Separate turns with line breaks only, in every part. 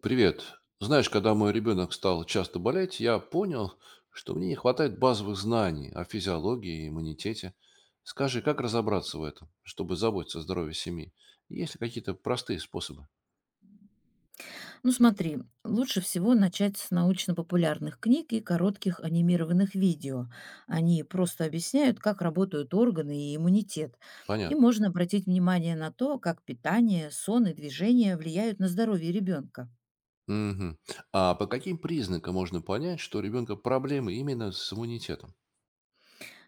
Привет. Знаешь, когда мой ребенок стал часто болеть, я понял, что мне не хватает базовых знаний о физиологии и иммунитете. Скажи, как разобраться в этом, чтобы заботиться о здоровье семьи? Есть ли какие-то простые способы?
Ну смотри, лучше всего начать с научно-популярных книг и коротких анимированных видео. Они просто объясняют, как работают органы и иммунитет. И
Понятно.
можно обратить внимание на то, как питание, сон и движение влияют на здоровье ребенка.
Мгм. А по каким признакам можно понять, что у ребенка проблемы именно с иммунитетом?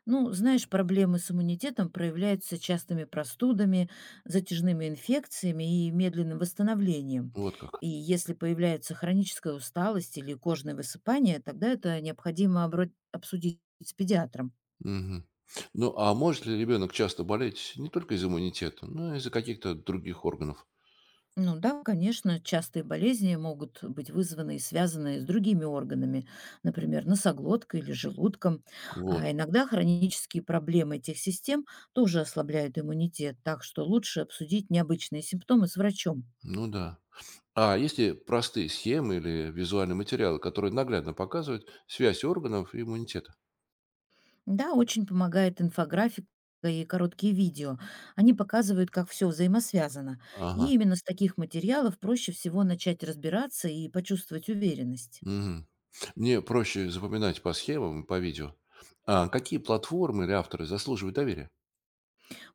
Ну, знаешь, проблемы с иммунитетом проявляются частыми простудами, затяжными инфекциями и медленным восстановлением.
Вот как.
И если появляется хроническая усталость или кожное высыпание, тогда это необходимо обсудить с педиатром.
Мгм. Ну, а может ли ребенок часто болеть не только из иммунитета, но и из-за каких-то других органов?
Ну да, конечно, частые болезни могут быть вызваны и связаны с другими органами, например, носоглоткой или желудком.
Вот.
А иногда хронические проблемы этих систем тоже ослабляют иммунитет, так что лучше обсудить необычные симптомы с врачом.
Ну да. А есть ли простые схемы или визуальные материалы, которые наглядно показывают связь органов и иммунитета?
Да, очень помогает инфографика и короткие видео. Они показывают, как все взаимосвязано. И
Ага.
именно с таких материалов проще всего начать разбираться и почувствовать уверенность.
Мгм. Мне проще запоминать по схемам и по видео. А какие платформы или авторы заслуживают доверия?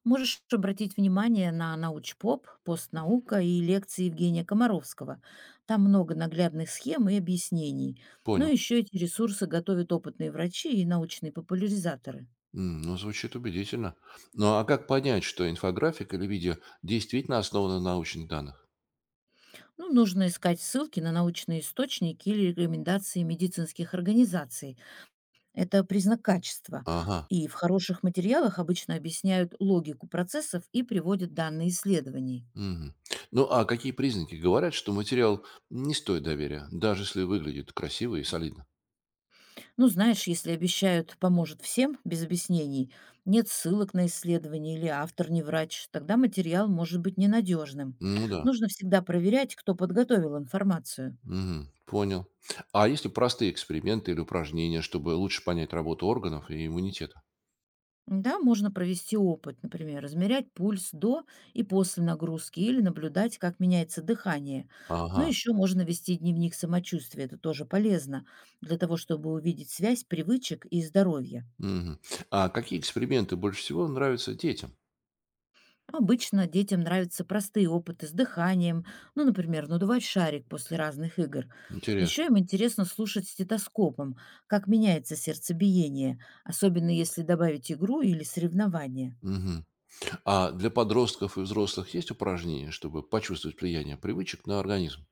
Можешь обратить внимание на научпоп, постнаука и лекции Евгения Комаровского. Там много наглядных схем и объяснений. Но
Понял.
еще эти ресурсы готовят опытные врачи и научные популяризаторы.
М, ну, звучит убедительно. Ну, а как понять, что инфографика или видео действительно основано на научных данных?
Ну, нужно искать ссылки на научные источники или рекомендации медицинских организаций. Это признак качества.
Ага.
И в хороших материалах обычно объясняют логику процессов и приводят данные исследований.
Мгм. Ну, а какие признаки говорят, что материал не стоит доверия, даже если выглядит красиво и солидно?
Ну, знаешь, если обещают «поможет всем» без объяснений, нет ссылок на исследования или автор не врач, тогда материал может быть ненадежным.
Ну да.
Нужно всегда проверять, кто подготовил информацию.
Мгм. Понял. А есть ли простые эксперименты или упражнения, чтобы лучше понять работу органов и иммунитета?
Да, можно провести опыт, например, измерять пульс до и после нагрузки или наблюдать, как меняется дыхание. Ну,
Ага.
еще можно вести дневник самочувствия, это тоже полезно, для того, чтобы увидеть связь привычек и здоровья.
Мгм. А какие эксперименты больше всего нравятся детям?
Обычно детям нравятся простые опыты с дыханием, ну, например, надувать шарик после разных игр. Еще
Интересно.
им интересно слушать стетоскопом, как меняется сердцебиение, особенно если добавить игру или соревнование.
Мгм. А для подростков и взрослых есть упражнения, чтобы почувствовать влияние привычек на организм?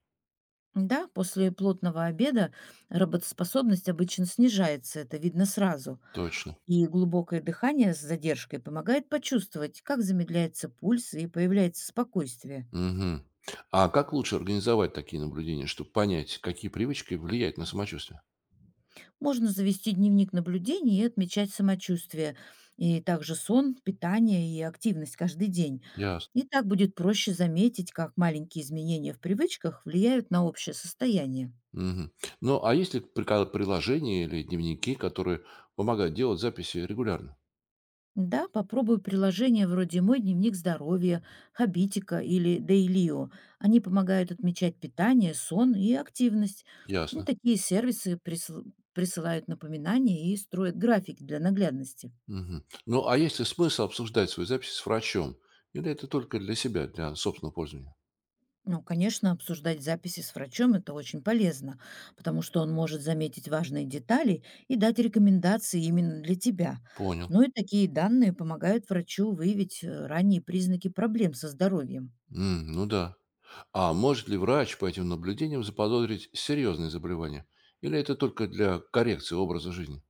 Да, после плотного обеда работоспособность обычно снижается, это видно сразу.
Точно.
И глубокое дыхание с задержкой помогает почувствовать, как замедляется пульс и появляется спокойствие.
Мгм. А как лучше организовать такие наблюдения, чтобы понять, какие привычки влияют на самочувствие?
Можно завести дневник наблюдений и отмечать самочувствие, и также сон, питание и активность каждый день.
Ясно.
И так будет проще заметить, как маленькие изменения в привычках влияют на общее состояние.
Мгм. Ну, а есть ли приложения или дневники, которые помогают делать записи регулярно?
Да, попробую приложения вроде «Мой дневник здоровья», «Хабитика» или «Дейлио». Они помогают отмечать питание, сон и активность. Ну,
Ясно.
такие сервисы присылают напоминания и строят график для наглядности.
Мгм. Ну, а есть ли смысл обсуждать свои записи с врачом? Или это только для себя, для собственного пользования?
Ну, конечно, обсуждать записи с врачом– это очень полезно, потому что он может заметить важные детали и дать рекомендации именно для тебя.
Понял.
Ну и такие данные помогают врачу выявить ранние признаки проблем со здоровьем.
М, ну да. А может ли врач по этим наблюдениям заподозрить серьезные заболевания? Или это только для коррекции образа жизни?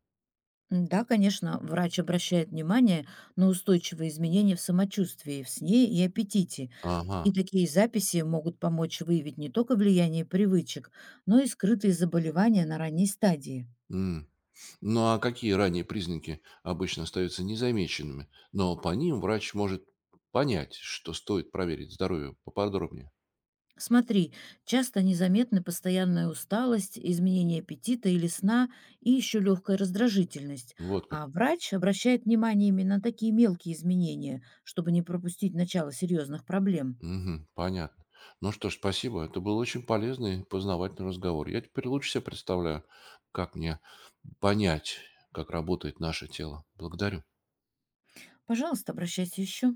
Да, конечно, врач обращает внимание на устойчивые изменения в самочувствии, в сне и аппетите.
Ага.
И такие записи могут помочь выявить не только влияние привычек, но и скрытые заболевания на ранней стадии.
М. Ну а какие ранние признаки обычно остаются незамеченными, но по ним врач может понять, что стоит проверить здоровье поподробнее?
Смотри, часто незаметны постоянная усталость, изменение аппетита или сна и еще легкая раздражительность.
Вот
А
как.
врач обращает внимание именно на такие мелкие изменения, чтобы не пропустить начало серьезных проблем.
Мгм. Понятно. Ну что ж, спасибо. Это был очень полезный познавательный разговор. Я теперь лучше себе представляю, как мне понять, как работает наше тело. Благодарю.
Пожалуйста, обращайся еще.